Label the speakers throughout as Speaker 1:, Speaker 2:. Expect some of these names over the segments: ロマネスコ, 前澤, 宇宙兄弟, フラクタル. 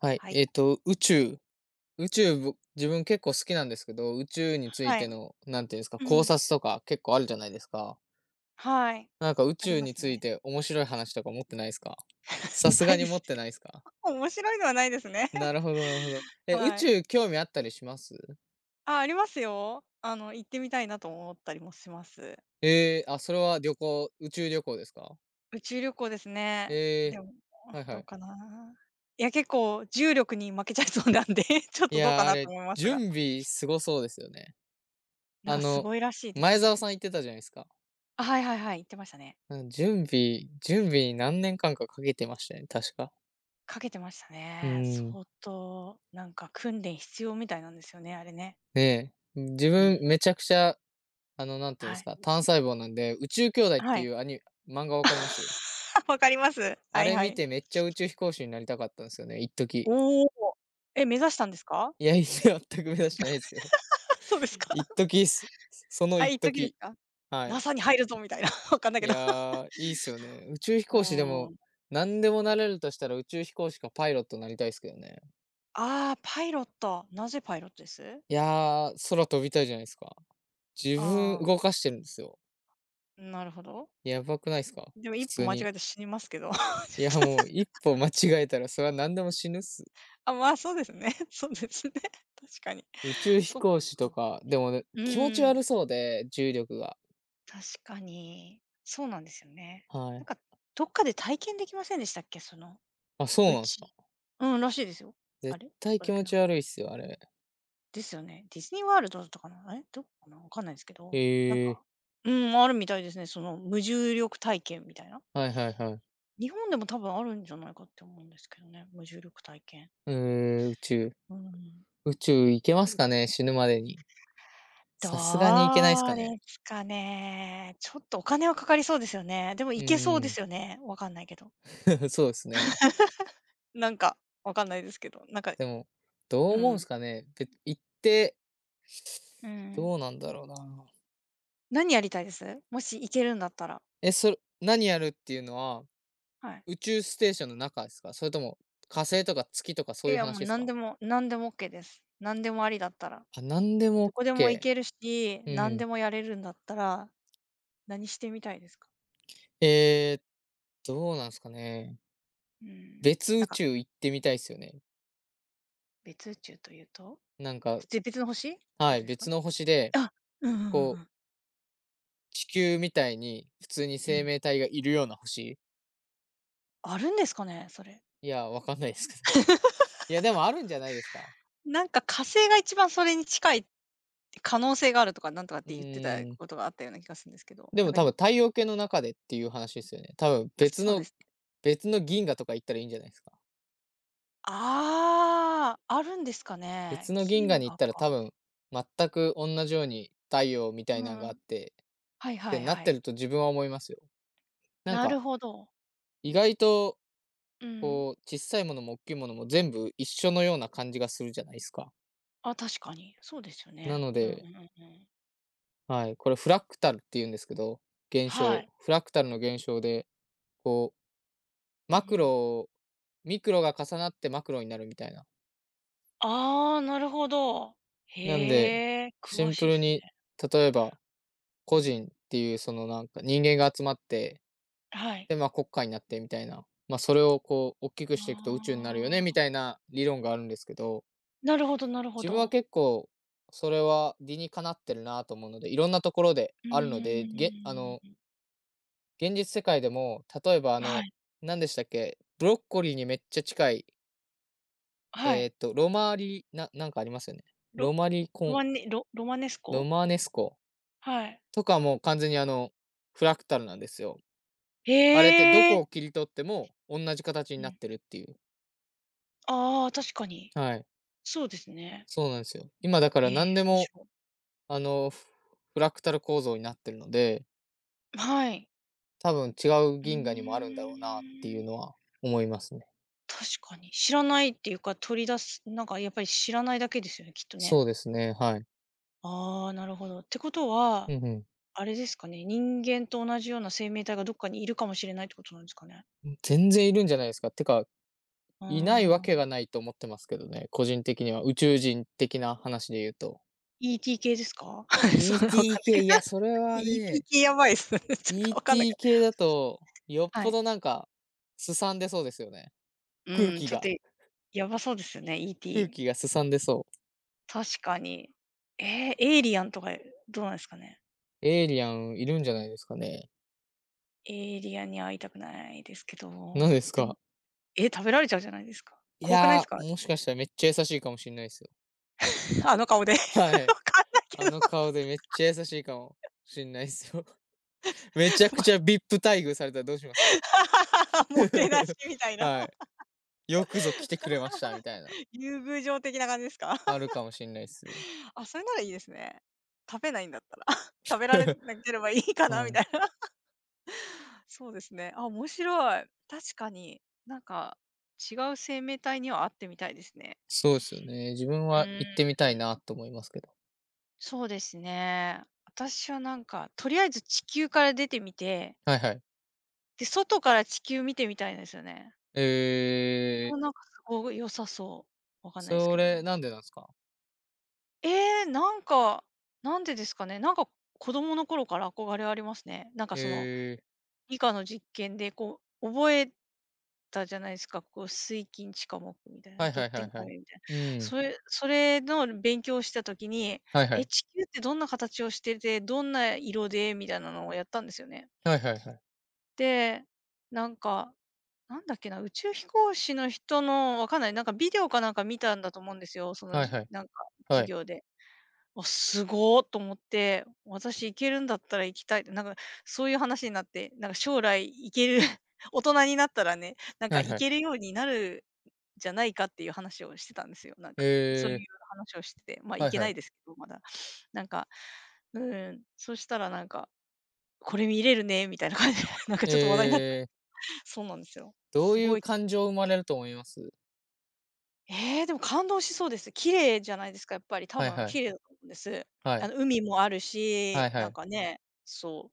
Speaker 1: はい、
Speaker 2: はい。
Speaker 1: 宇宙、自分結構好きなんですけど、宇宙につい
Speaker 2: は
Speaker 1: て
Speaker 2: い。
Speaker 1: の、なんていうんですか、
Speaker 2: う
Speaker 1: 考
Speaker 2: ん。
Speaker 1: 察とか結構あるじゃないですか。
Speaker 2: はい。
Speaker 1: なんか宇
Speaker 2: あり
Speaker 1: 宙
Speaker 2: ま
Speaker 1: に
Speaker 2: す
Speaker 1: つ
Speaker 2: ね。
Speaker 1: いて面白い話とか持ってないですか？さ す
Speaker 2: な
Speaker 1: が
Speaker 2: い
Speaker 1: に
Speaker 2: で
Speaker 1: 持っ
Speaker 2: す
Speaker 1: て
Speaker 2: ね。
Speaker 1: ないですか？
Speaker 2: 面白いのはないですね。
Speaker 1: な るほどなるほど。え、宇
Speaker 2: はい。
Speaker 1: 宙興味あったりします？
Speaker 2: あ、ありますよ。行ってみたいなと思ったりもします。
Speaker 1: あ、それは宇宙旅行ですか？
Speaker 2: 宇宙旅行ですね。で
Speaker 1: え
Speaker 2: も、
Speaker 1: ーはいは
Speaker 2: どう
Speaker 1: い。
Speaker 2: かな。いや、結構重力に負けちゃいそうなんで ちょっ
Speaker 1: い
Speaker 2: とどう
Speaker 1: や
Speaker 2: か
Speaker 1: ー、あ
Speaker 2: なと
Speaker 1: れ、
Speaker 2: 思いますが。
Speaker 1: 準備すごそうですよね。
Speaker 2: なん
Speaker 1: あ
Speaker 2: かす
Speaker 1: の、
Speaker 2: ごいらしいです
Speaker 1: 前
Speaker 2: ね。
Speaker 1: 澤さん言ってたじゃないですか。
Speaker 2: あ、はいはいはい、言ってましたね。
Speaker 1: うん、準備に何年間かかけてましたね、確か。
Speaker 2: かけてました
Speaker 1: うー
Speaker 2: ね。
Speaker 1: ん、
Speaker 2: 相当なんか訓練必要みたいなんですよね、あれね。
Speaker 1: ねえ、自
Speaker 2: う
Speaker 1: 分
Speaker 2: ん。
Speaker 1: めちゃくちゃ、なんていうん
Speaker 2: は
Speaker 1: です
Speaker 2: い。
Speaker 1: か、単細胞なんで、宇宙兄弟っ
Speaker 2: は
Speaker 1: てい
Speaker 2: い。
Speaker 1: う漫画わかります？
Speaker 2: わかります。
Speaker 1: あ
Speaker 2: はい
Speaker 1: れ
Speaker 2: は
Speaker 1: 見
Speaker 2: い。
Speaker 1: てめっちゃ宇宙飛行士になりたかったんですよね、一時。
Speaker 2: おお。え、目指したんですか？
Speaker 1: いや、全く目指してないですよ。
Speaker 2: そうです か。
Speaker 1: 一 時っす。その
Speaker 2: あ、
Speaker 1: 一
Speaker 2: 一時です
Speaker 1: 時。
Speaker 2: か
Speaker 1: はい。
Speaker 2: ？NASA に入るぞみたいな、わかんないけ
Speaker 1: い
Speaker 2: ど。
Speaker 1: や、いいっすよね。宇宙飛
Speaker 2: う
Speaker 1: 行士で
Speaker 2: ー
Speaker 1: も、
Speaker 2: ん。
Speaker 1: なんでもなれるとしたら宇宙飛行士かパイロットなりたいっすけどね。
Speaker 2: ああ、パイロット。なぜパイロットです？
Speaker 1: いや、空飛びたいじゃないすか。自分
Speaker 2: ああ
Speaker 1: 動かしてるんですよ。
Speaker 2: ー、なるほど。
Speaker 1: やばくないすか？
Speaker 2: でも一
Speaker 1: 普
Speaker 2: 歩
Speaker 1: 通
Speaker 2: 間違
Speaker 1: に。
Speaker 2: えて死にますけど。ちょっ
Speaker 1: いや、
Speaker 2: と、
Speaker 1: もう一歩間違えたら、それは何でも死ぬっす。
Speaker 2: あ、まあ、そうですね。そうですね。確かに。
Speaker 1: 宇宙飛
Speaker 2: そっ
Speaker 1: 行士と
Speaker 2: か。
Speaker 1: か、でもね、
Speaker 2: う
Speaker 1: 気持ち
Speaker 2: ーん、
Speaker 1: 悪そうで、重力が。
Speaker 2: 確かに。そうなんですよね。
Speaker 1: は
Speaker 2: なん
Speaker 1: い。
Speaker 2: か、どっかで体験できませんでしたっけ？
Speaker 1: あ、そう
Speaker 2: う
Speaker 1: なんですか。
Speaker 2: ちうん、らしいですよ。あ
Speaker 1: 絶
Speaker 2: れ？ど
Speaker 1: 対
Speaker 2: こだ
Speaker 1: 気
Speaker 2: っ
Speaker 1: 持
Speaker 2: けな。
Speaker 1: ち悪いっすよ、あれ。
Speaker 2: ですよね。ディズニーワールドだったかな？え、どこかな？わかんないんすけど、なん
Speaker 1: へえ。
Speaker 2: か、うん、あるみたいですね。その無重力体験みたいな。
Speaker 1: はいはいはい。
Speaker 2: 日本でも多分あるんじゃないかって思うんですけどね、無重力体験。
Speaker 1: 宇宙。
Speaker 2: うーん。
Speaker 1: 宇宙行けますかね、死ぬまでに。さすが
Speaker 2: ど
Speaker 1: に行けないっすか
Speaker 2: う
Speaker 1: ね。
Speaker 2: ですかね。ちょっとお金はかかりそうですよね。でも
Speaker 1: う
Speaker 2: 行けそうで
Speaker 1: ー
Speaker 2: す
Speaker 1: ん。
Speaker 2: よね、わかんないけど。
Speaker 1: そうですね。
Speaker 2: なんか、わかんないですけど、なんか、
Speaker 1: でも、どう
Speaker 2: う
Speaker 1: 思うん
Speaker 2: ん。
Speaker 1: すかね。行って、
Speaker 2: うん。
Speaker 1: どうなんだろうな。
Speaker 2: 何やりたいです？もし行けるんだったら。
Speaker 1: え、それ何やるっていうのは、
Speaker 2: はい。
Speaker 1: 宇宙ステーションの中ですか？それとも火星とか月とかそ
Speaker 2: い
Speaker 1: ういう
Speaker 2: や、も
Speaker 1: 話
Speaker 2: う
Speaker 1: です
Speaker 2: 何
Speaker 1: か？
Speaker 2: でも何でも OK です。何でもありだったら。
Speaker 1: あ、なんでも
Speaker 2: どこでも行けるし、
Speaker 1: OK ー。うん
Speaker 2: 何
Speaker 1: うん。
Speaker 2: でもやれるんだったら、何してみたいですか？
Speaker 1: えーどうなんですかね。
Speaker 2: うーん。
Speaker 1: 別
Speaker 2: なん
Speaker 1: 宇
Speaker 2: か、
Speaker 1: 宙行ってみたいですよね。
Speaker 2: 別宇宙というと？
Speaker 1: なんか
Speaker 2: 別の星ってこ
Speaker 1: は
Speaker 2: と
Speaker 1: い、
Speaker 2: ですか
Speaker 1: 別
Speaker 2: ね？
Speaker 1: の星で、
Speaker 2: あ、うんうんうんう
Speaker 1: こう、
Speaker 2: ん。
Speaker 1: 地球みたいに普通に
Speaker 2: う
Speaker 1: 生
Speaker 2: ん。
Speaker 1: 命体がいるような星？
Speaker 2: あるんですかね、それ。
Speaker 1: いや、わかんないですけど。いや、でもあるんじゃないですか？
Speaker 2: なんか火星が一番それに近い可能性があるとかなんとかっ
Speaker 1: う
Speaker 2: て言ってた
Speaker 1: ーん。
Speaker 2: ことがあったような気がするんですけど、
Speaker 1: で
Speaker 2: な
Speaker 1: も
Speaker 2: んか
Speaker 1: 多分
Speaker 2: に、
Speaker 1: 太陽系の中でっていう話ですよね。多分
Speaker 2: あ、
Speaker 1: 別
Speaker 2: そうで
Speaker 1: の
Speaker 2: すね。
Speaker 1: 別の銀河とか行ったらいいんじゃないですか？
Speaker 2: ああ、あるんですかね。
Speaker 1: 別の銀河
Speaker 2: 銀
Speaker 1: に行っ
Speaker 2: 河
Speaker 1: たら多
Speaker 2: か。
Speaker 1: 分、全く同じように太陽みた
Speaker 2: う
Speaker 1: いなのがあっ
Speaker 2: ん。
Speaker 1: て、
Speaker 2: はい
Speaker 1: っ
Speaker 2: は
Speaker 1: て
Speaker 2: い
Speaker 1: なっ
Speaker 2: は
Speaker 1: て
Speaker 2: い。
Speaker 1: ると自分は思いますよ。なん
Speaker 2: なる
Speaker 1: か、
Speaker 2: ほど。
Speaker 1: 意外と、
Speaker 2: うん。
Speaker 1: こう、小さいものも大きいものも全部一緒のような感じがするじゃないですか。
Speaker 2: あ、確かに。そうですよ
Speaker 1: な
Speaker 2: ね。
Speaker 1: の
Speaker 2: うんうんう
Speaker 1: で、
Speaker 2: んうん。
Speaker 1: はい、これフラクタルっていうんですけど、現
Speaker 2: は
Speaker 1: 象、
Speaker 2: い。
Speaker 1: フラクタルの現象で、こう、
Speaker 2: うんう
Speaker 1: マク
Speaker 2: ん。
Speaker 1: ロミクロが重なってマクロになるみたいな。
Speaker 2: ああ、なるほど。
Speaker 1: なんで、
Speaker 2: へえ、
Speaker 1: シ
Speaker 2: 詳
Speaker 1: ン
Speaker 2: しい
Speaker 1: プ
Speaker 2: で
Speaker 1: ル
Speaker 2: すね。
Speaker 1: に、例えば、
Speaker 2: う
Speaker 1: 個
Speaker 2: ん。
Speaker 1: 人っていうそのなんか人間が集まって
Speaker 2: はい。
Speaker 1: で、まあ、国家になってみたいな、まあ、それをこう大きくしていくと宇宙になるよね
Speaker 2: あ
Speaker 1: み
Speaker 2: あ、
Speaker 1: たいな理論があるんですけど、
Speaker 2: なるほどなるほ
Speaker 1: 自分は
Speaker 2: ど。
Speaker 1: 結構それは理にかなってるなと思うので、いろんなところで
Speaker 2: う
Speaker 1: あるので、
Speaker 2: ーん。
Speaker 1: 現実世界でも、例えば
Speaker 2: はい、
Speaker 1: 何でしたっけ、ブロッコリーにめっちゃ近い、
Speaker 2: はい。
Speaker 1: ロマーリななんかありますよね。ロ
Speaker 2: ロ
Speaker 1: マリコン
Speaker 2: ロマネス
Speaker 1: ロ
Speaker 2: コ？
Speaker 1: マネスコ
Speaker 2: はい。
Speaker 1: とかも完全にフラクタルなんですよ。あれってど
Speaker 2: へえ。
Speaker 1: こを切り取っても同じ形に
Speaker 2: う
Speaker 1: なっ
Speaker 2: ん。
Speaker 1: てるっていう。
Speaker 2: ああ、確かに。
Speaker 1: はい。
Speaker 2: そうですね。
Speaker 1: そうなんですよ。今だか
Speaker 2: へ
Speaker 1: ら何
Speaker 2: え、
Speaker 1: で
Speaker 2: 面
Speaker 1: も、
Speaker 2: 白い。
Speaker 1: あの、フフラクタル構造になってるので、
Speaker 2: はい。
Speaker 1: 多分違う
Speaker 2: う
Speaker 1: 銀河にもあるん
Speaker 2: ー
Speaker 1: だろうなっていうの
Speaker 2: ん。
Speaker 1: は思いますね。
Speaker 2: 確かに。知らないっていうか、取り出すなんかやっぱり知らないだけですよね、きっとね。
Speaker 1: そうですね、はい。
Speaker 2: ああ、なるほど。ってことは
Speaker 1: うんう
Speaker 2: あれですかね、人間と同じような生命体がどっかにいるかもしれないってことなんですかね。
Speaker 1: ん。全然いるんじゃないですか。てか、
Speaker 2: うー
Speaker 1: いないわけが
Speaker 2: ん。
Speaker 1: ないと思ってますけどね、個人的には、宇宙人的な話で言うと。
Speaker 2: ET 系ですか？そんなわかん
Speaker 1: ET
Speaker 2: ないけ
Speaker 1: 系、
Speaker 2: ど。
Speaker 1: いや、それは
Speaker 2: ET
Speaker 1: ね、
Speaker 2: 系やばいっすね。ちょっとわかんないけ
Speaker 1: ET
Speaker 2: ど。
Speaker 1: 系だと、よっ
Speaker 2: は
Speaker 1: ぽ
Speaker 2: い。
Speaker 1: どなんか、すさんでそうですよね。空
Speaker 2: うん、
Speaker 1: 気
Speaker 2: ちょっと
Speaker 1: が
Speaker 2: やばそうですよね、
Speaker 1: 空
Speaker 2: ET。
Speaker 1: 気がすさんでそう。
Speaker 2: 確かに。えーエイリアンとかどうなんですかね。
Speaker 1: エイリアンいるんじゃないですかね。
Speaker 2: エイリアンに会いたくないですけど、
Speaker 1: 何です
Speaker 2: でも、
Speaker 1: か？
Speaker 2: えー、食べられちゃうじゃないですか。
Speaker 1: い
Speaker 2: 怖くないです
Speaker 1: や
Speaker 2: か？
Speaker 1: ー、もしかしたらめっちゃ優しいかもしんないですよ。
Speaker 2: あの顔で。わ
Speaker 1: はい。
Speaker 2: かんないけ
Speaker 1: あ
Speaker 2: ど。
Speaker 1: の顔でめっちゃ優しいかもしんないですよ。めちゃくちゃビップ待遇されたらどうします？
Speaker 2: もてなしみ たいな。
Speaker 1: は い。よくぞ来てくれましたみたいな、
Speaker 2: 優遇状的な感じですか？
Speaker 1: あるかもしんないですよ。
Speaker 2: あ、それならいいですね。食べないんだったら。食べられ なければいいかな
Speaker 1: は
Speaker 2: み
Speaker 1: い。
Speaker 2: たいな。そうですね。あ、面白い。確かに、なんか、違う生命体には会ってみたいですね。
Speaker 1: そうですよね。自分
Speaker 2: う
Speaker 1: は
Speaker 2: ー
Speaker 1: 行ってみ
Speaker 2: ん、
Speaker 1: たいなと思いますけど。
Speaker 2: そうですね。私はなんか、とりあえず地球から出てみて、
Speaker 1: はいはい。
Speaker 2: で、外から地球見てみたいんですよね。
Speaker 1: え
Speaker 2: も
Speaker 1: ー
Speaker 2: うなんかすごい良さそう。わかんないです
Speaker 1: そ
Speaker 2: けど。
Speaker 1: れなんでなんですか？
Speaker 2: えー、なんか、なんでですかね。なんか子供の頃から憧れありますね。なんかその
Speaker 1: えー、
Speaker 2: 理科の実験でこう覚えたじゃないですか、こう水金地科木みたいな、
Speaker 1: はい
Speaker 2: ドッ
Speaker 1: はい
Speaker 2: テ
Speaker 1: はい
Speaker 2: ン
Speaker 1: は
Speaker 2: カ
Speaker 1: い。
Speaker 2: レーみたいな。
Speaker 1: うん、
Speaker 2: それそれの勉強をした時に、
Speaker 1: はいは
Speaker 2: え、
Speaker 1: い。
Speaker 2: 地球ってどんな形をしてて、どんな色でみたいなのをやったんですよね。
Speaker 1: はいはいはい。
Speaker 2: で、なんか、なんだっけな、宇宙飛行士の人のわかんない、なんかビデオかなんか見たんだと思うんですよ、その
Speaker 1: はい
Speaker 2: じ
Speaker 1: はい。
Speaker 2: なんか授
Speaker 1: はい。
Speaker 2: 業で。あ、すごーと思って、私行けるんだったら行きたいって、なんかそういう話になって、なんか将来行ける、 大人になったらね、なんか
Speaker 1: はい
Speaker 2: 行
Speaker 1: はい。
Speaker 2: けるようになるじゃないかっていう話をしてたんですよ。なん
Speaker 1: へ
Speaker 2: か、そうい
Speaker 1: え
Speaker 2: う
Speaker 1: ー、
Speaker 2: 話をしてて、ま、
Speaker 1: は
Speaker 2: 行
Speaker 1: い
Speaker 2: け
Speaker 1: はいはいは
Speaker 2: な
Speaker 1: いは
Speaker 2: いで
Speaker 1: い。
Speaker 2: すけど、まだ。なんか、うん、そしたらなんか、これ見れるねみたいな感じで、なんかちょっと話題になった。
Speaker 1: えー
Speaker 2: そうなんですよ。
Speaker 1: どう
Speaker 2: す
Speaker 1: い
Speaker 2: ご
Speaker 1: う
Speaker 2: い、
Speaker 1: 感情生まれると思います？
Speaker 2: ええ、でも感動しそうです。綺麗じゃないですか、やっぱり。多
Speaker 1: はい
Speaker 2: 分
Speaker 1: はい。
Speaker 2: 綺麗だと思うんです。
Speaker 1: は
Speaker 2: あ
Speaker 1: い。
Speaker 2: の、海もある
Speaker 1: は
Speaker 2: し、
Speaker 1: いは
Speaker 2: なんか
Speaker 1: い。
Speaker 2: ね、そう、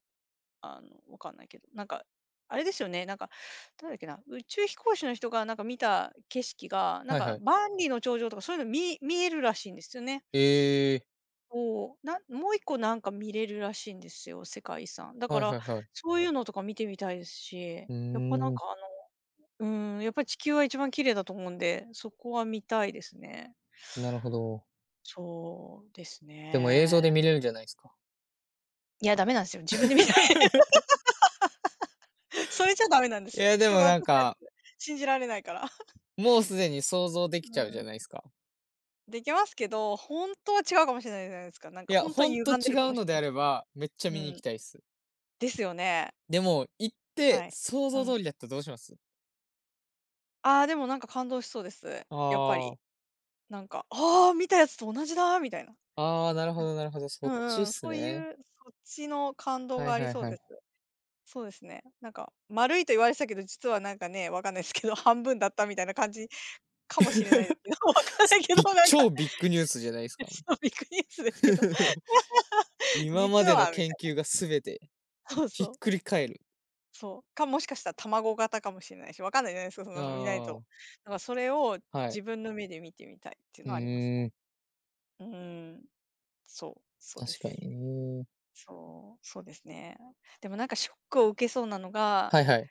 Speaker 2: あの、わかんないけど、なんか、あれですよね、なんか、誰だっけな、宇宙飛行士の人がなんか見た景色が、なん
Speaker 1: はい
Speaker 2: か
Speaker 1: はい。
Speaker 2: 万里の長城とかそういうの見えるらしいんですよね。
Speaker 1: ええー、
Speaker 2: そう、な、もう一個なんか見れるらしいんですよ、世界遺産。だか
Speaker 1: はい
Speaker 2: ら、
Speaker 1: はいはい。
Speaker 2: そういうのとか見てみたいですし、
Speaker 1: うー
Speaker 2: やっぱなん
Speaker 1: ん、
Speaker 2: かあの、うん、やっぱり地球は一番綺麗だと思うんで、そこは見たいですね。
Speaker 1: なるほど。
Speaker 2: そうです
Speaker 1: でも映像
Speaker 2: ね。
Speaker 1: で見 れるじゃないですか。
Speaker 2: いや、ダメなんですよ。自分で見ない。それじゃダメなんです
Speaker 1: い
Speaker 2: よ。
Speaker 1: や、で
Speaker 2: 人
Speaker 1: も
Speaker 2: が落
Speaker 1: なん
Speaker 2: としたや
Speaker 1: か、
Speaker 2: つ、信じられないから。
Speaker 1: もうすでに想像できち
Speaker 2: う
Speaker 1: ゃうじゃ
Speaker 2: ん。
Speaker 1: ないですか。
Speaker 2: できますけど、本当は違うかもしれないじゃないですか。なん
Speaker 1: い
Speaker 2: か
Speaker 1: や、
Speaker 2: 本当は
Speaker 1: ほん
Speaker 2: 歪
Speaker 1: と
Speaker 2: んで
Speaker 1: 違
Speaker 2: るか
Speaker 1: う
Speaker 2: もし
Speaker 1: ので
Speaker 2: れない
Speaker 1: あ
Speaker 2: し。
Speaker 1: れば、めっちゃ
Speaker 2: う
Speaker 1: 見に行き
Speaker 2: ん。
Speaker 1: たいっす。
Speaker 2: ですよね。
Speaker 1: でも、行って
Speaker 2: はい。
Speaker 1: 想
Speaker 2: う
Speaker 1: 像
Speaker 2: ん。
Speaker 1: 通りだったらどうします？
Speaker 2: ああ、でもなんか感動しそうです。
Speaker 1: あ
Speaker 2: やっぱり。
Speaker 1: あ、
Speaker 2: なんか、ああ、見たやつと同じだみたいな。
Speaker 1: ああ、なるほどな るほど、そ
Speaker 2: う
Speaker 1: っち
Speaker 2: ん
Speaker 1: っ
Speaker 2: うん、
Speaker 1: す
Speaker 2: そう
Speaker 1: ね。
Speaker 2: いう、そっちの感動
Speaker 1: は
Speaker 2: が
Speaker 1: い
Speaker 2: あり
Speaker 1: はい
Speaker 2: そう
Speaker 1: は
Speaker 2: です。
Speaker 1: い。
Speaker 2: そうですね。なんか丸いと言われてたけど、実はなんかね、わかんないですけど、半分だったみたいな感じかもしれないで すけど、わかんないけど、なんか、
Speaker 1: 超ビッグニュースじゃないですか。
Speaker 2: そう、ビッグニュースですけど、
Speaker 1: 今
Speaker 2: 実
Speaker 1: までの
Speaker 2: はみ
Speaker 1: 研
Speaker 2: たい
Speaker 1: 究がすべて
Speaker 2: な。そう
Speaker 1: ひ
Speaker 2: そ
Speaker 1: っ
Speaker 2: う。
Speaker 1: くり返る。
Speaker 2: そう。か、もしかしたら卵型かもしれないし、わかんないじゃないですか、そん
Speaker 1: あ
Speaker 2: なの見ないと。
Speaker 1: あ、
Speaker 2: だからそれを
Speaker 1: はい。
Speaker 2: 自分の目で見てみたいっていう
Speaker 1: う
Speaker 2: のはありますね。
Speaker 1: ーん、
Speaker 2: うーん、そう、そうで
Speaker 1: 確か
Speaker 2: す。
Speaker 1: にね。
Speaker 2: そう、そうですね。でもなんかショックを受けそうなのが、
Speaker 1: はいはい。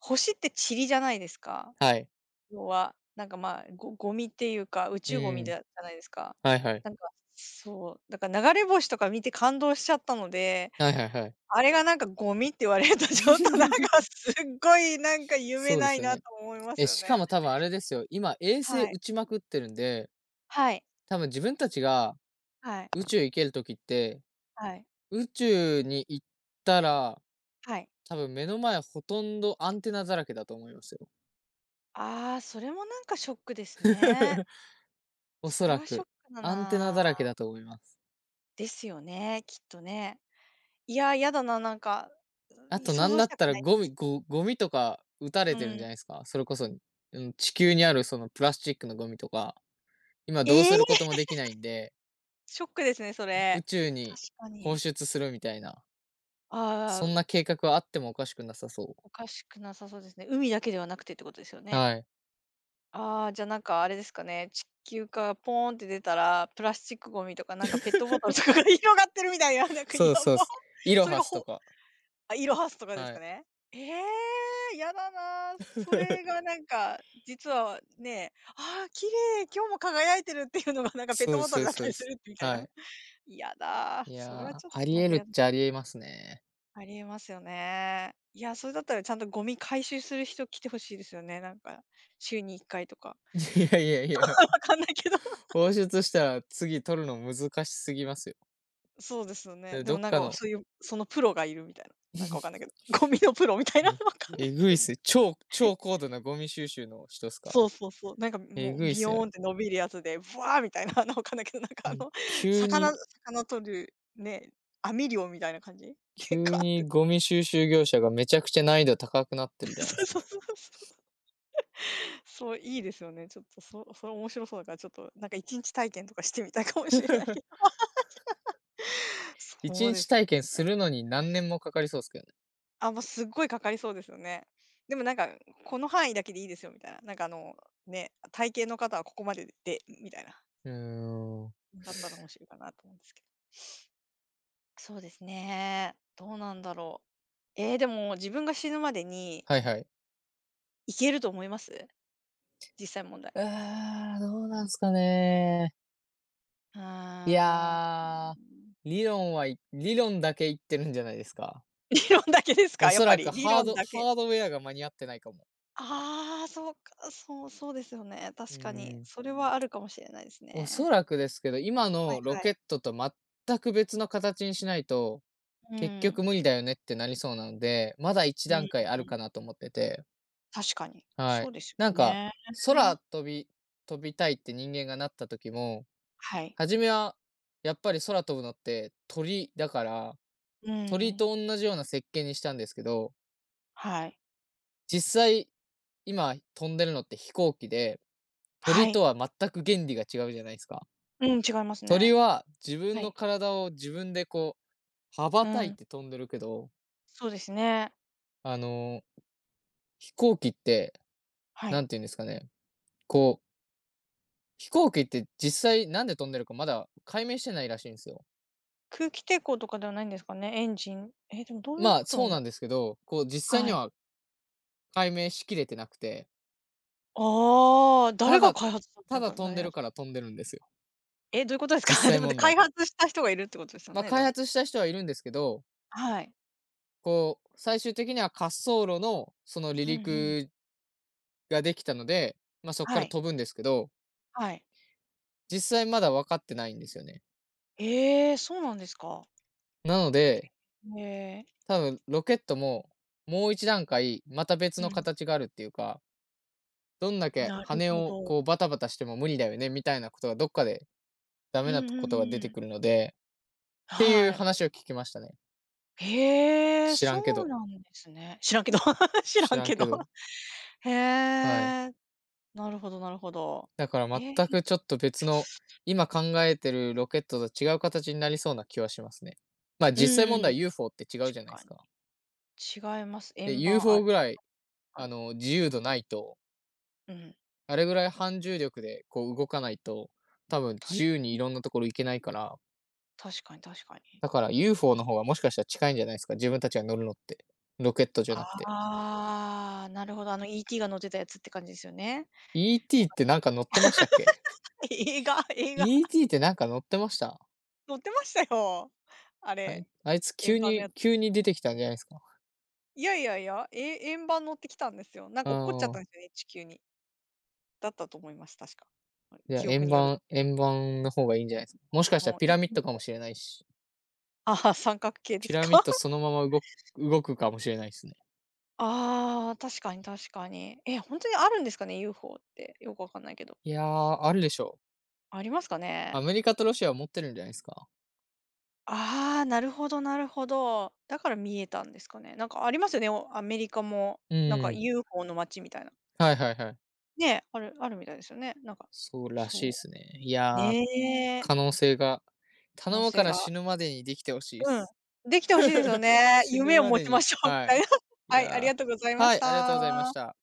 Speaker 2: 星って塵じゃないですか。
Speaker 1: はい。
Speaker 2: 要は、なんか、まあ、ゴミっていうか、宇
Speaker 1: う
Speaker 2: 宙ゴミ
Speaker 1: ーん、
Speaker 2: だじゃないですか。
Speaker 1: はいはい。
Speaker 2: なんか、そう、だから流れ星とか見て感動しちゃったので、
Speaker 1: はいはいはい。
Speaker 2: あれがなんかゴミって言われると ちょっとなんか すっごいなんか夢
Speaker 1: そうで
Speaker 2: ない
Speaker 1: すよ
Speaker 2: な
Speaker 1: ね。
Speaker 2: と思います
Speaker 1: え、
Speaker 2: よ
Speaker 1: しか
Speaker 2: ね。
Speaker 1: も多分あれですよ、今衛星
Speaker 2: はい。
Speaker 1: 打ちまくってるんで、
Speaker 2: はい。
Speaker 1: 多分自分たちが
Speaker 2: はい。
Speaker 1: 宇宙行けるときって、
Speaker 2: はい。
Speaker 1: 宇宙に行ったら、
Speaker 2: はい。
Speaker 1: 多分目の前ほとんどアンテナだらけだと思いますよ。
Speaker 2: ああ、それもなんかショックですね。
Speaker 1: お
Speaker 2: そ
Speaker 1: そ
Speaker 2: れ
Speaker 1: ら
Speaker 2: はショッ
Speaker 1: く、
Speaker 2: クだ
Speaker 1: アンテナ
Speaker 2: な。
Speaker 1: だらけだと思います。
Speaker 2: ですよね、きっとね。いや、やだな、
Speaker 1: あとな
Speaker 2: 想
Speaker 1: ん
Speaker 2: 像
Speaker 1: だ
Speaker 2: し
Speaker 1: っ
Speaker 2: たく
Speaker 1: たら
Speaker 2: ない。
Speaker 1: ゴミとか撃た
Speaker 2: う
Speaker 1: れてるんじゃ
Speaker 2: ん。
Speaker 1: ないですか？それこそ、うん、地球にあるそのプラスチックのゴミとか、今どう
Speaker 2: え
Speaker 1: す
Speaker 2: え！
Speaker 1: ることもできないんで、
Speaker 2: ショックですね、それ。
Speaker 1: 宇宙に
Speaker 2: 確か
Speaker 1: 放
Speaker 2: に。
Speaker 1: 出するみたいな、
Speaker 2: あ
Speaker 1: そ
Speaker 2: あ、
Speaker 1: んな計画はあってもおかしくなさそう。
Speaker 2: おかしくなさそうですね。海だけではなくてってことですよね。
Speaker 1: はい。
Speaker 2: ああ、じゃ、なんかあれですかね、地球からポーンって出たら、プラスチックゴミとか、なんかペットボトルと かが 広がってるみたいな、なんかや
Speaker 1: そうそうで
Speaker 2: ば。
Speaker 1: す。イロ
Speaker 2: それ
Speaker 1: ハ
Speaker 2: が
Speaker 1: スと
Speaker 2: ほ
Speaker 1: か、
Speaker 2: あ、イロハスとかです
Speaker 1: は
Speaker 2: か
Speaker 1: い。
Speaker 2: ね？ええー、やだなあ。それが なんか、実はね、ああ、綺麗、今日も輝いてるっていうのがなんかペッ
Speaker 1: そう
Speaker 2: ト
Speaker 1: で
Speaker 2: ボ
Speaker 1: す
Speaker 2: ト
Speaker 1: そう
Speaker 2: ル
Speaker 1: で
Speaker 2: だっ
Speaker 1: すそ
Speaker 2: た
Speaker 1: うで
Speaker 2: りす
Speaker 1: す。
Speaker 2: るみたい
Speaker 1: は
Speaker 2: な。
Speaker 1: い。
Speaker 2: やだあ、
Speaker 1: い
Speaker 2: それ
Speaker 1: や
Speaker 2: は
Speaker 1: ー、
Speaker 2: ちょっ
Speaker 1: あ
Speaker 2: と
Speaker 1: り
Speaker 2: なん
Speaker 1: え
Speaker 2: か
Speaker 1: るっ
Speaker 2: やだ
Speaker 1: ちゃありえますね。
Speaker 2: ありえますよね。いや、それだったらちゃんとゴミ回収する人来てほしいですよね。なんか、週に1回とか。
Speaker 1: いやいやいや、
Speaker 2: わかんないけど。
Speaker 1: 放出したら次取るの難しすぎますよ。
Speaker 2: そうですよね。
Speaker 1: で、
Speaker 2: で
Speaker 1: ど
Speaker 2: も
Speaker 1: っ
Speaker 2: なん
Speaker 1: か
Speaker 2: か、
Speaker 1: の
Speaker 2: そういう、そのプロがいるみたいな。なんかわかんないけど、ゴミのプロみたいな、わ
Speaker 1: ね、
Speaker 2: かんない。
Speaker 1: えぐいっ すね。超高度なゴミ収集の人っすか？
Speaker 2: そうそうそう。なんか
Speaker 1: え
Speaker 2: もう
Speaker 1: ぐいっ
Speaker 2: ビ
Speaker 1: す
Speaker 2: ヨ
Speaker 1: ね。
Speaker 2: ーンって伸びるやつで、ブワーみたいな、なんかわかんないけど、
Speaker 1: 急
Speaker 2: 魚
Speaker 1: に、
Speaker 2: 魚取る、ね、網漁みたいな感じ？で
Speaker 1: 急
Speaker 2: かって。
Speaker 1: にゴミ収集業者がめちゃくちゃ難易度高くなって るじゃないで
Speaker 2: そう
Speaker 1: す
Speaker 2: そう
Speaker 1: か。
Speaker 2: そうそう。そう、いいですよね。ちょっと、そうそれ面白そうだから、ちょっと、なんか1日体験とかしてみたいかもしれない。
Speaker 1: 一
Speaker 2: そうで
Speaker 1: 日
Speaker 2: すね。
Speaker 1: 体験するのに何年もかかりそうっすけどね。
Speaker 2: あ、もうすっごいかかりそうですよね。でもなんか、この範囲だけでいいですよみたいな。ね、体型の方はここまでで、みたいな。
Speaker 1: うーん。
Speaker 2: だったら面白いかなと思うんですけど。そうですね。どうなんだろう。でも自分が死ぬまでに
Speaker 1: はいはい。
Speaker 2: いけると思います実際問題。
Speaker 1: あー、どうなんすかね。
Speaker 2: うー
Speaker 1: い
Speaker 2: ん。
Speaker 1: やー、はい、理論だけ言ってるんじゃないですか。
Speaker 2: 理論だけです
Speaker 1: お
Speaker 2: かやっ
Speaker 1: そ
Speaker 2: ぱ
Speaker 1: ら
Speaker 2: り。
Speaker 1: く
Speaker 2: 理論だけ。
Speaker 1: ハードウェアが間に合ってないかも。
Speaker 2: ああ、そうか、そう、そうですよね。
Speaker 1: う
Speaker 2: 確かに。
Speaker 1: ーん。
Speaker 2: それはあるかもしれないです
Speaker 1: おそ
Speaker 2: ね。
Speaker 1: らくですけど、今
Speaker 2: はい
Speaker 1: のロ
Speaker 2: は
Speaker 1: ケ
Speaker 2: い。
Speaker 1: ットと全く別の形にしないと、
Speaker 2: う
Speaker 1: 結
Speaker 2: ん。
Speaker 1: 局無理だよねってなりそうなので、まだ一
Speaker 2: うん
Speaker 1: 段階あ
Speaker 2: う
Speaker 1: る
Speaker 2: ん、
Speaker 1: かなと思ってて、
Speaker 2: 確かに。
Speaker 1: は
Speaker 2: そう
Speaker 1: い。
Speaker 2: ですよ
Speaker 1: なんか、
Speaker 2: ね。
Speaker 1: 空飛び飛びたいって人間がなった時も、
Speaker 2: はい。
Speaker 1: 初めはやっぱり空飛ぶのって鳥だから、
Speaker 2: う
Speaker 1: 鳥
Speaker 2: ん。
Speaker 1: と同じような設計にしたんですけど、
Speaker 2: はい。
Speaker 1: 実際、今飛んでるのって飛行機で、
Speaker 2: は
Speaker 1: 鳥と
Speaker 2: い。
Speaker 1: は全く原理が違うじゃないですか。
Speaker 2: うん、違いますね。
Speaker 1: 鳥は自分
Speaker 2: は
Speaker 1: の
Speaker 2: い。
Speaker 1: 体を自分でこう、羽ば
Speaker 2: う
Speaker 1: たい
Speaker 2: ん。
Speaker 1: て飛んでるけど、
Speaker 2: そうですね。
Speaker 1: あの、飛行機って、
Speaker 2: は
Speaker 1: な
Speaker 2: い。
Speaker 1: んて言うんですかね、こう、飛行機って実際なんで飛んでるかまだ解明してないらしいんですよ。
Speaker 2: 空気抵抗とかではないんですかね？エンジンえ、でもどういう
Speaker 1: まあ、
Speaker 2: ことな
Speaker 1: そう
Speaker 2: んだ
Speaker 1: な
Speaker 2: ろ
Speaker 1: ん
Speaker 2: う。
Speaker 1: ですけど、こう実際
Speaker 2: は
Speaker 1: に
Speaker 2: い。
Speaker 1: は解明しきれてなくて、
Speaker 2: ああ、
Speaker 1: た
Speaker 2: 誰が
Speaker 1: だ、
Speaker 2: 開発したんて
Speaker 1: た
Speaker 2: す
Speaker 1: だ
Speaker 2: か
Speaker 1: 飛んで
Speaker 2: ね。
Speaker 1: るから飛んでるんですよ、
Speaker 2: え、どういうことですか？
Speaker 1: 実
Speaker 2: で
Speaker 1: 際
Speaker 2: もで、
Speaker 1: 問
Speaker 2: 開
Speaker 1: 題。
Speaker 2: 発した人がいるってことですよ
Speaker 1: まあ、
Speaker 2: ね、で
Speaker 1: 開
Speaker 2: も。
Speaker 1: 発した人はいるんですけど、
Speaker 2: はい。
Speaker 1: こう、最終的には滑走路のその離
Speaker 2: うんうん。
Speaker 1: 陸ができたので、まあ、そこか
Speaker 2: は
Speaker 1: ら
Speaker 2: い。
Speaker 1: 飛ぶんですけど
Speaker 2: はい。
Speaker 1: 実際まだ分かってないんですよね。
Speaker 2: えーそうなんですか。
Speaker 1: なので、
Speaker 2: えー。
Speaker 1: 多分ロケットももう一段階また別
Speaker 2: う
Speaker 1: の
Speaker 2: ん。
Speaker 1: 形があるっていうか、どんだけ
Speaker 2: なる
Speaker 1: 羽
Speaker 2: ほ
Speaker 1: を
Speaker 2: ど。
Speaker 1: こうバタバタしても無理だよねみたいなことがどっかでダメ
Speaker 2: う
Speaker 1: な
Speaker 2: んう
Speaker 1: ことが出
Speaker 2: んう
Speaker 1: て
Speaker 2: ん。
Speaker 1: くるので、ってい
Speaker 2: は
Speaker 1: う
Speaker 2: い。
Speaker 1: 話を聞きましたね。
Speaker 2: へえ、
Speaker 1: 知らんけ
Speaker 2: そう
Speaker 1: ど。
Speaker 2: なんですね。知らんけど 知
Speaker 1: 知
Speaker 2: らん
Speaker 1: らん
Speaker 2: けど。
Speaker 1: けど。
Speaker 2: へ
Speaker 1: はい。
Speaker 2: え、なるほどなるほど。
Speaker 1: だか
Speaker 2: え
Speaker 1: ら全
Speaker 2: ー
Speaker 1: くちょっと別の、今考えてるロケットと違う形になりそうな気はしますね。まあ
Speaker 2: う
Speaker 1: 実際問
Speaker 2: ん、
Speaker 1: 題 UFO って違うじゃ
Speaker 2: 確
Speaker 1: ないで
Speaker 2: か
Speaker 1: す
Speaker 2: に。
Speaker 1: か。
Speaker 2: 違います。
Speaker 1: で、
Speaker 2: 円盤、あ
Speaker 1: UFO
Speaker 2: る、
Speaker 1: ぐらい
Speaker 2: 確か
Speaker 1: あ
Speaker 2: に。
Speaker 1: の自由度ないと
Speaker 2: うん、
Speaker 1: あれぐらい反重力でこう動かないと、多分
Speaker 2: 確
Speaker 1: 自
Speaker 2: か
Speaker 1: 由にいろんなところ行けないから、
Speaker 2: 確かに確かに。
Speaker 1: だから UFO の方がもしかしたら近いんじゃないですか、自分たちが乗るのって。ロケットじゃなくて。
Speaker 2: ああ、なるほど、あの、E.T. が乗ってたやつって感じですよね。わ
Speaker 1: ET っ
Speaker 2: か
Speaker 1: て
Speaker 2: っ
Speaker 1: なんか乗ってましたっけ
Speaker 2: た 映画、
Speaker 1: ?ET ってなんか乗ってました？
Speaker 2: 乗ってましたよ。あれ、
Speaker 1: あいつ急
Speaker 2: 円盤のや
Speaker 1: に、
Speaker 2: つ。
Speaker 1: 急に出てきたんじゃないですか。
Speaker 2: いやいやいや、え円盤乗ってきたんですよ。なん
Speaker 1: う
Speaker 2: か落っこっちゃったん
Speaker 1: ん。
Speaker 2: ですよね、地球に。だったと思います、確か。
Speaker 1: じゃあ
Speaker 2: 記憶による
Speaker 1: 円盤の方がいいんじゃな
Speaker 2: 円
Speaker 1: いですか。もしかした
Speaker 2: 盤
Speaker 1: ら
Speaker 2: の
Speaker 1: ピ
Speaker 2: ユー
Speaker 1: ラミッドか
Speaker 2: フォ
Speaker 1: も
Speaker 2: ー
Speaker 1: しれないし、
Speaker 2: あ あ、三角形で
Speaker 1: ピ
Speaker 2: す
Speaker 1: ラミッ
Speaker 2: か？
Speaker 1: ドそ のまま動くかもしれないですね。
Speaker 2: ああ、確かに確かに。え、本当にあるんですかね、UFO って。よくわかんないけど。
Speaker 1: いやー、あるでしょう。
Speaker 2: ありますかね？
Speaker 1: アメリカとロシアは持ってるんじゃないですか。
Speaker 2: ああ、なるほどなるほど。だから見えたんですかね。なんかありますよね、おアメリカも、
Speaker 1: う
Speaker 2: なんか
Speaker 1: ん。
Speaker 2: UFO の街みたいな。
Speaker 1: はいはいはい。
Speaker 2: ね、あるあるみたいですよね。なんか、
Speaker 1: そうらしいで
Speaker 2: そ
Speaker 1: すね。い
Speaker 2: う、
Speaker 1: やー、
Speaker 2: ねえ、
Speaker 1: 可能性が
Speaker 2: 可
Speaker 1: 頼
Speaker 2: 能
Speaker 1: むか
Speaker 2: 性
Speaker 1: ら
Speaker 2: が
Speaker 1: 死ぬまでにできてほしいで
Speaker 2: うん、
Speaker 1: す。
Speaker 2: できてほしいですよ ね。
Speaker 1: 死ぬ
Speaker 2: 夢を
Speaker 1: ま
Speaker 2: 持
Speaker 1: で
Speaker 2: ちま
Speaker 1: に、
Speaker 2: しょうみ
Speaker 1: は
Speaker 2: たい
Speaker 1: い。
Speaker 2: な。
Speaker 1: い
Speaker 2: はい、ありが
Speaker 1: や
Speaker 2: とうござい
Speaker 1: ー、
Speaker 2: ま
Speaker 1: は
Speaker 2: し
Speaker 1: い、ありがとうございまし
Speaker 2: た。
Speaker 1: た。